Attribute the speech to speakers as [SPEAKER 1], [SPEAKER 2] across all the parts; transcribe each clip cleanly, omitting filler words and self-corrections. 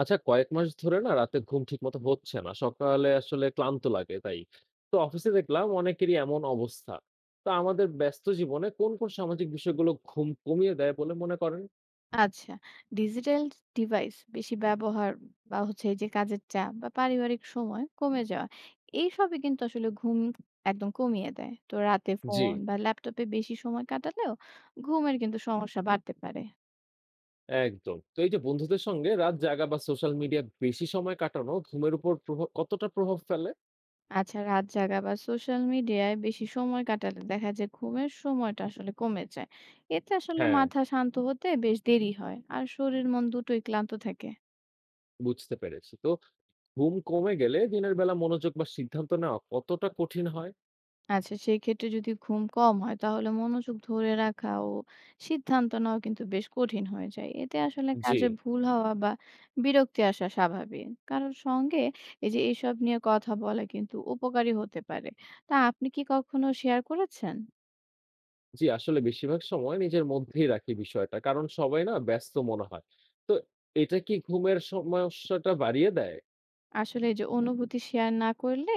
[SPEAKER 1] আচ্ছা কয়েক মাস ধরে না রাতে ঘুম ঠিকমতো হচ্ছে না। সকালে আসলে ক্লান্ত লাগে তাই। তো অফিসে দেখলাম অনেকেরই এমন অবস্থা। তো আমাদের ব্যস্ত জীবনে কোন সামাজিক বিষয়গুলো ঘুম কমিয়ে দেয় বলে মনে করেন?
[SPEAKER 2] আচ্ছা। ডিজিটাল ডিভাইস বেশি ব্যবহার বা হচ্ছে এই যে কাজের চাপ বা পারিবারিক সময় কমে যাওয়া, এইসবই কিন্তু আসলে ঘুম একদম কমিয়ে দেয়। তো রাতে
[SPEAKER 1] জি।
[SPEAKER 2] ফোন বা ল্যাপটপে বেশি সময় কাটালেও ঘুমের কিন্তু সমস্যা বাড়তে পারে।
[SPEAKER 1] একদম। তো এই যে বন্ধুদের সঙ্গে রাত জাগা বা সোশ্যাল মিডিয়া বেশি সময় কাটানো ঘুমের উপর প্রভাব কতটা প্রভাব ফেলে?
[SPEAKER 2] আচ্ছা, রাত জাগা বা সোশ্যাল মিডিয়ায় বেশি সময় কাটালে দেখা যায় ঘুমের সময়টা আসলে কমে যায়। এতে আসলে
[SPEAKER 1] হ্যাঁ,
[SPEAKER 2] মাথা শান্ত হতে বেশ দেরি হয় আর শরীর মন দুটোই ক্লান্ত থাকে।
[SPEAKER 1] বুঝতে পেরেছি। তো ঘুম কমে গেলে দিনের বেলা মনোযোগ বা সিদ্ধান্ত নেওয়া কতটা কঠিন হয়?
[SPEAKER 2] আচ্ছা, সেক্ষেত্রে যদি ঘুম কম হয় তাহলে মনোযোগ ধরে রাখা ও সিদ্ধান্ত নেওয়া কিন্তু বেশ কঠিন হয়ে যায়। এতে আসলে
[SPEAKER 1] জি।
[SPEAKER 2] কাজে ভুল হওয়া বা বিরক্তি আসা স্বাভাবিক। কারণ সঙ্গে এই যে এসব নিয়ে কথা বলা কিন্তু উপকারী হতে পারে। তা আপনি কি কখনো শেয়ার করেছেন?
[SPEAKER 1] জি, আসলে বেশিরভাগ সময় নিজের মধ্যেই রাখি বিষয়টা। কারণ সবাই না ব্যস্ত মনে হয়। তো এটা কি ঘুমের সমস্যাটা বাড়িয়ে দেয়?
[SPEAKER 2] আসলে এই যে অনুভূতি শেয়ার না করলে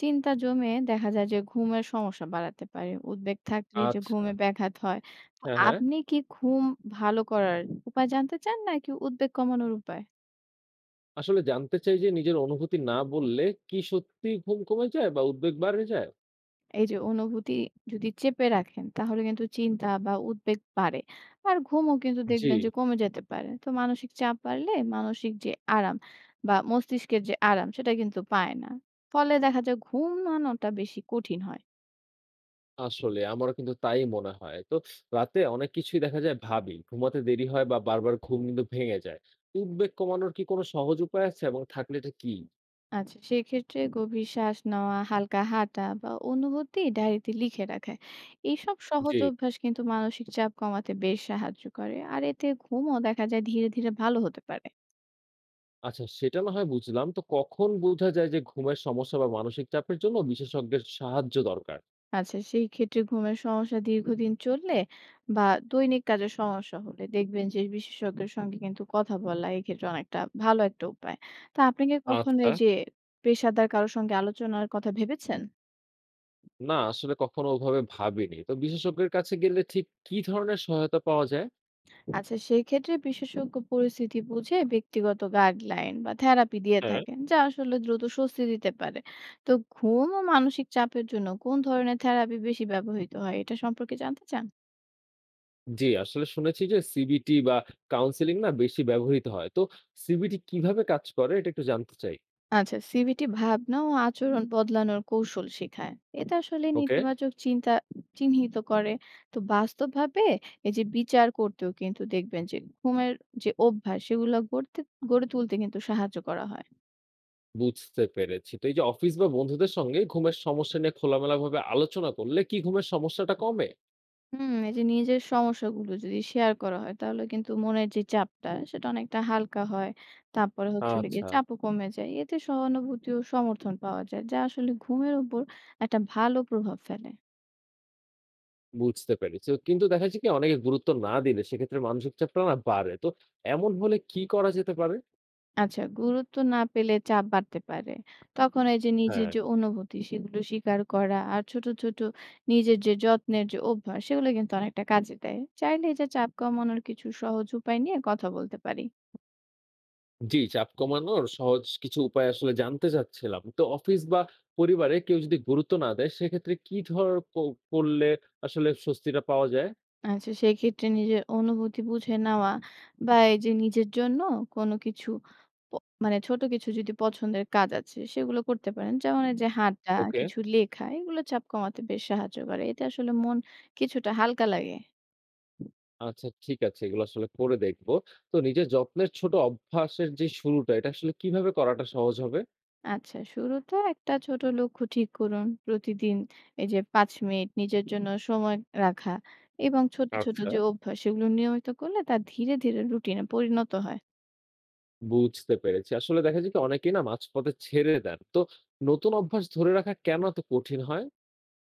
[SPEAKER 2] চিন্তা জমে দেখা যায় যে ঘুমের সমস্যা বাড়াতে পারে। উদ্বেগ থাকলে যে
[SPEAKER 1] আচ্ছা।
[SPEAKER 2] ঘুমে ব্যাঘাত হয়। তো
[SPEAKER 1] হ্যাঁ, হ্যাঁ।
[SPEAKER 2] আপনি কি ঘুম ভালো করার উপায় জানতে চান নাকি উদ্বেগ কমানোর উপায়?
[SPEAKER 1] আসলে জানতে চাই যে নিজের অনুভূতি না বললে কি সত্যিই ঘুম কমে যায় বা উদ্বেগ বাড়ে যায়?
[SPEAKER 2] এই যে অনুভূতি যদি চেপে রাখেন তাহলে কিন্তু চিন্তা বা উদ্বেগ বাড়ে আর ঘুমও কিন্তু
[SPEAKER 1] জি,
[SPEAKER 2] দেখবেন যে কমে যেতে পারে। তো মানসিক চাপ বাড়লে মানসিক যে আরাম বা মস্তিষ্কের যে আরাম সেটা কিন্তু পায় না, ফলে দেখা যায় ঘুমানোটা বেশি কঠিন হয়।
[SPEAKER 1] আসলে আমারও কিন্তু তাই মনে হয়। তো রাতে অনেক কিছুই দেখা যায় ভাবি। ঘুমাতে দেরি হয় বা বারবার ঘুম কিন্তু ভেঙে যায়। উদ্বেগ কমানোর কি কোনো সহজ উপায় আছে এবং থাকলে এটা কি?
[SPEAKER 2] আচ্ছা, সেক্ষেত্রে গভীর শ্বাস নেওয়া, হালকা হাঁটা বা অনুভূতি ডায়েরিতে লিখে রাখা, এইসব সহজ
[SPEAKER 1] জি।
[SPEAKER 2] অভ্যাস কিন্তু মানসিক চাপ কমাতে বেশ সাহায্য করে আর এতে ঘুমও দেখা যায় ধীরে ধীরে ভালো হতে পারে।
[SPEAKER 1] আচ্ছা সেটা না হয় বুঝলাম। তো কখন বোঝা যায় যে ঘুমের সমস্যা বা মানসিক চাপের জন্য বিশেষজ্ঞের সাহায্য দরকার?
[SPEAKER 2] আচ্ছা, সেই ক্ষেত্রে ঘুমের সমস্যা দীর্ঘদিন চললে বা দৈনিক কাজে সমস্যা হলে দেখবেন যে বিশেষজ্ঞের সঙ্গে কিন্তু কথা বলা এক্ষেত্রে অনেকটা ভালো একটা উপায়। তা আপনি কি কখনো
[SPEAKER 1] আচ্ছা।
[SPEAKER 2] এই যে পেশাদার কারো সঙ্গে আলোচনার কথা ভেবেছেন?
[SPEAKER 1] না, আসলে কখনো ওভাবে ভাবিনি। তো বিশেষজ্ঞের কাছে গেলে ঠিক কি ধরনের সহায়তা পাওয়া যায়?
[SPEAKER 2] আচ্ছা, সেই ক্ষেত্রে বিশেষজ্ঞ পরিস্থিতি বুঝে ব্যক্তিগত গাইডলাইন বা থেরাপি দিয়ে
[SPEAKER 1] হ্যাঁ।
[SPEAKER 2] থাকেন, যা আসলে দ্রুত স্বস্তি দিতে পারে। তো ঘুম ও মানসিক চাপের জন্য কোন ধরনের থেরাপি বেশি ব্যবহৃত হয় এটা সম্পর্কে জানতে চান?
[SPEAKER 1] জি, আসলে শুনেছি যে সিবিটি বা কাউন্সেলিং না বেশি ব্যবহৃত হয়। তো সিবিটি কিভাবে কাজ করে এটা একটু জানতে চাই।
[SPEAKER 2] আচ্ছা, সিভিটি ভাবনা ও আচরণ বদলানোর কৌশল শেখায়। এটা আসলে
[SPEAKER 1] ওকে।
[SPEAKER 2] নেতিবাচক চিন্তা চিহ্নিত করে। তো বাস্তবভাবে এই যে বিচার করতেও কিন্তু দেখবেন যে ঘুমের যে অভ্যাস সেগুলো গড়ে তুলতে কিন্তু সাহায্য করা হয়।
[SPEAKER 1] বুঝতে পেরেছি। তো এই যে অফিস বা বন্ধুদের সঙ্গে ঘুমের সমস্যা নিয়ে খোলামেলাভাবে আলোচনা করলে কি ঘুমের সমস্যাটা কমে?
[SPEAKER 2] হুম, এই যে নিজের সমস্যাগুলো যদি শেয়ার করা হয় তাহলে কিন্তু মনের যে চাপটা সেটা অনেকটা হালকা হয়। তারপরে হচ্ছে হলো গিয়ে
[SPEAKER 1] আচ্ছা।
[SPEAKER 2] চাপও কমে যায়। এতে সহানুভূতি ও সমর্থন পাওয়া যায় যা আসলে ঘুমের উপর একটা ভালো প্রভাব ফেলে।
[SPEAKER 1] বুঝতে পেরেছি। তো কিন্তু দেখা যাচ্ছে কি অনেকে গুরুত্ব না দিলে সেক্ষেত্রে মানসিক চাপটা না বাড়ে। তো এমন হলে কি করা যেতে পারে?
[SPEAKER 2] আচ্ছা, গুরুত্ব না পেলে চাপ বাড়তে পারে। তখন এই যে নিজের
[SPEAKER 1] হ্যাঁ,
[SPEAKER 2] যে অনুভূতি সেগুলো স্বীকার করা আর ছোট, ছোট নিজের যে যত্নের যে অভ্যাস সেগুলো কিন্তু অনেকটা কাজে দেয়। চাইলে এই যে চাপ কমানোর কিছু সহজ উপায় নিয়ে কথা বলতে পারি।
[SPEAKER 1] জি, চাপ কমানোর সহজ কিছু উপায় আসলে জানতে চাচ্ছিলাম। তো অফিস বা পরিবারে কেউ যদি গুরুত্ব না দেয় সেক্ষেত্রে কি ধর ক করলে আসলে স্বস্তিটা পাওয়া যায়?
[SPEAKER 2] আচ্ছা, সেক্ষেত্রে নিজের অনুভূতি বুঝে নেওয়া বা এই যে নিজের জন্য কোনো কিছু প মানে ছোট কিছু যদি পছন্দের কাজ আছে সেগুলো করতে পারেন। যেমন এই যে হাঁটা,
[SPEAKER 1] ওকে।
[SPEAKER 2] কিছু লেখা, এগুলো চাপ কমাতে বেশ সাহায্য করে। এতে আসলে মন কিছুটা হালকা লাগে।
[SPEAKER 1] আচ্ছা ঠিক আছে। এগুলো আসলে করে দেখব। তো নিজের যত্নের ছোট অভ্যাসের যে শুরুটা এটা আসলে কিভাবে করাটা সহজ হবে?
[SPEAKER 2] আচ্ছা, শুরুতে একটা ছোট লক্ষ্য ঠিক করুন। প্রতিদিন এই যে ৫ মিনিট নিজের জন্য সময় রাখা এবং ছোট, ছোট
[SPEAKER 1] আচ্ছা।
[SPEAKER 2] যে অভ্যাস সেগুলো নিয়মিত করলে তা ধীরে, ধীরে রুটিনে পরিণত হয়।
[SPEAKER 1] বুঝতে পেরেছি। আসলে দেখা যায় কি অনেকেই না মাঝপথে ছেড়ে দেন। তো নতুন অভ্যাস ধরে রাখা কেন এত কঠিন হয়?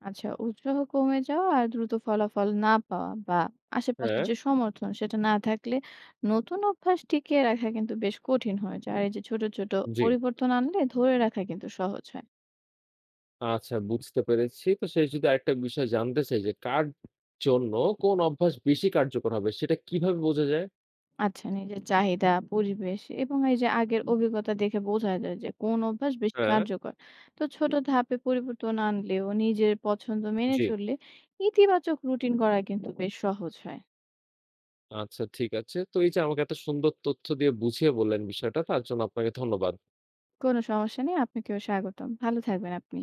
[SPEAKER 2] আচ্ছা, উৎসাহ কমে যাওয়া আর দ্রুত ফলাফল না পাওয়া বা আশেপাশের
[SPEAKER 1] হ্যাঁ।
[SPEAKER 2] যে সমর্থন সেটা না থাকলে নতুন অভ্যাস টিকিয়ে রাখা কিন্তু বেশ কঠিন হয়ে যায়। আর এই যে ছোট, ছোট
[SPEAKER 1] জি।
[SPEAKER 2] পরিবর্তন আনলে ধরে রাখা কিন্তু সহজ হয়।
[SPEAKER 1] আচ্ছা বুঝতে পেরেছি। তো শেষ যদি আরেকটা বিষয় জানতে চাই যে কার জন্য কোন অভ্যাস বেশি কার্যকর হবে সেটা কিভাবে বোঝা যায়?
[SPEAKER 2] আচ্ছা, নিজের চাহিদা, পরিবেশ এবং এই যে আগের অভিজ্ঞতা দেখে বোঝা যায় যে কোন অভ্যাস বেশি
[SPEAKER 1] হ্যাঁ।
[SPEAKER 2] কার্যকর। তো ছোট ধাপে পরিবর্তন আনলেও নিজের পছন্দ মেনে
[SPEAKER 1] জি।
[SPEAKER 2] চললে ইতিবাচক রুটিন করা কিন্তু বেশ সহজ হয়।
[SPEAKER 1] আচ্ছা ঠিক আছে। তো এই যে আমাকে এত সুন্দর তথ্য দিয়ে বুঝিয়ে বললেন বিষয়টা তার জন্য আপনাকে ধন্যবাদ।
[SPEAKER 2] কোনো সমস্যা নেই, আপনাকেও স্বাগতম। ভালো থাকবেন আপনি।